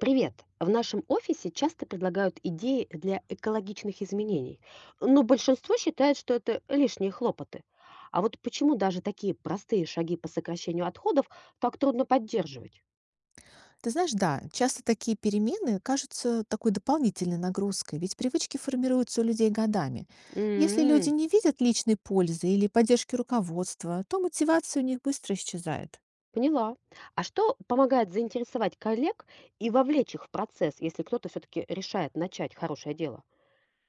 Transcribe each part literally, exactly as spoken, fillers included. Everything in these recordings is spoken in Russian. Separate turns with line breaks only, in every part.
Привет! В нашем офисе часто предлагают идеи для экологичных изменений, но большинство считает, что это лишние хлопоты. А вот почему даже такие простые шаги по сокращению отходов так трудно поддерживать?
Ты знаешь, да, часто такие перемены кажутся такой дополнительной нагрузкой, ведь привычки формируются у людей годами. Если люди
М,
не видят личной пользы или поддержки руководства, то мотивация у них быстро исчезает.
поняла. А что помогает заинтересовать коллег и вовлечь их в процесс, если кто-то все-таки решает начать хорошее дело?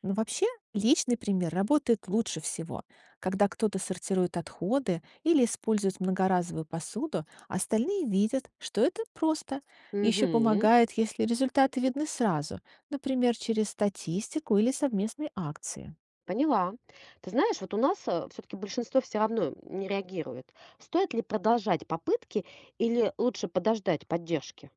Но вообще, личный пример работает лучше всего. Когда кто-то сортирует отходы или использует многоразовую посуду, остальные видят, что это просто. Еще
Угу.
помогает, если результаты видны сразу, например, через статистику или совместные акции.
Поняла. Ты знаешь, вот у нас все-таки большинство все равно не реагирует. Стоит ли продолжать попытки или лучше подождать поддержки?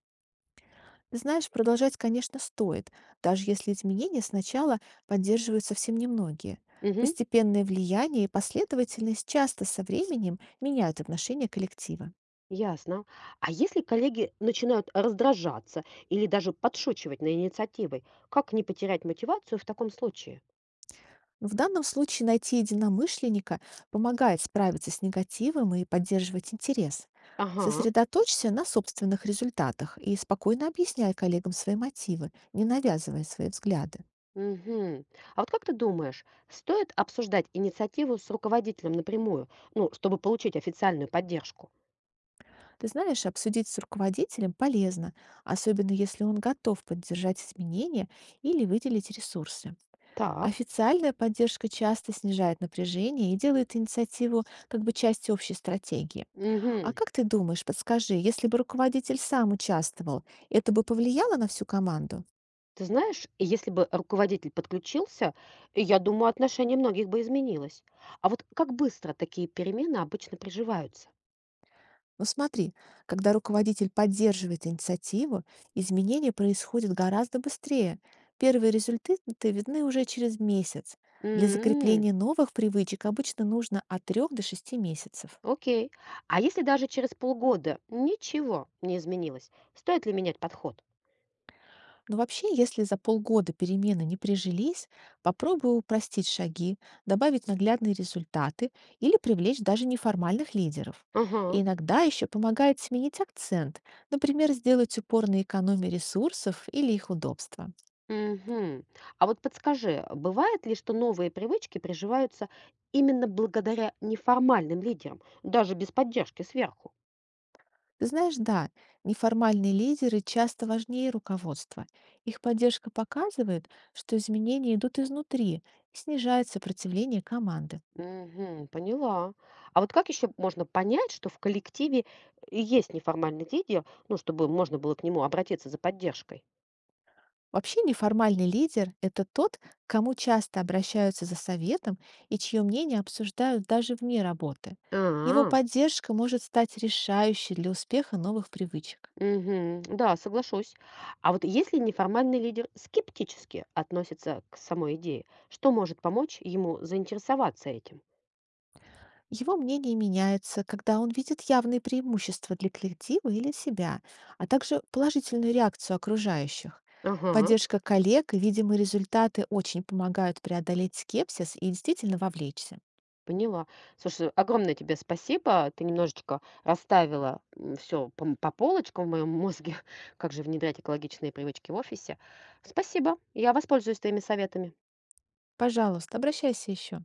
Знаешь, продолжать, конечно, стоит, даже если изменения сначала поддерживают совсем немногие.
Мгм.
Постепенное влияние и последовательность часто со временем меняют отношение коллектива.
Ясно. А если коллеги начинают раздражаться или даже подшучивать на инициативой, как не потерять мотивацию в таком случае?
В данном случае найти единомышленника помогает справиться с негативом и поддерживать интерес.
Ага.
Сосредоточься на собственных результатах и спокойно объясняй коллегам свои мотивы, не навязывая свои взгляды.
Мгм. А вот как ты думаешь, стоит обсуждать инициативу с руководителем напрямую, ну, чтобы получить официальную поддержку?
Ты знаешь, обсудить с руководителем полезно, особенно если он готов поддержать изменения или выделить ресурсы.
Так.
Официальная поддержка часто снижает напряжение и делает инициативу как бы частью общей стратегии. А
Угу.
как ты думаешь, подскажи, если бы руководитель сам участвовал, это бы повлияло на всю команду?
Ты знаешь, и если бы руководитель подключился, я думаю, отношение многих бы изменилось. А вот как быстро такие перемены обычно приживаются?
Но смотри, когда руководитель поддерживает инициативу, изменения происходят гораздо быстрее. Первые результаты видны уже через месяц. Для
М,
закрепления новых привычек обычно нужно от трёх до шести месяцев.
окей. А если даже через полгода ничего не изменилось, стоит ли менять подход?
Но вообще, если за полгода перемены не прижились, попробуй упростить шаги, добавить наглядные результаты или привлечь даже неформальных лидеров. И
Ага.
иногда еще помогает сменить акцент, например, сделать упор на экономию ресурсов или их удобства.
Мгм. А вот подскажи, бывает ли, что новые привычки приживаются именно благодаря неформальным лидерам, даже без поддержки сверху?
Ты знаешь, да, неформальные лидеры часто важнее руководства. Их поддержка показывает, что изменения идут изнутри и снижает сопротивление команды.
Мгм. Поняла. А вот как еще можно понять, что в коллективе и есть неформальный лидер, ну, чтобы можно было к нему обратиться за поддержкой?
Вообще, неформальный лидер– это тот, к кому часто обращаются за советом и чье мнение обсуждают даже вне работы. Его
А,
поддержка может стать решающей для успеха новых привычек.
мгм. Да, соглашусь. А вот если неформальный лидер скептически относится к самой идее, что может помочь ему заинтересоваться этим?
Его мнение меняется, когда он видит явные преимущества для коллектива или себя, а также положительную реакцию окружающих.
Ага.
Поддержка коллег и видимые результаты очень помогают преодолеть скепсис и действительно вовлечься.
Поняла. Слушай, огромное тебе спасибо. Ты немножечко расставила все по, м- по полочкам в моем мозге, как же внедрять экологичные привычки в офисе. Спасибо. Я воспользуюсь твоими советами.
Пожалуйста, обращайся еще.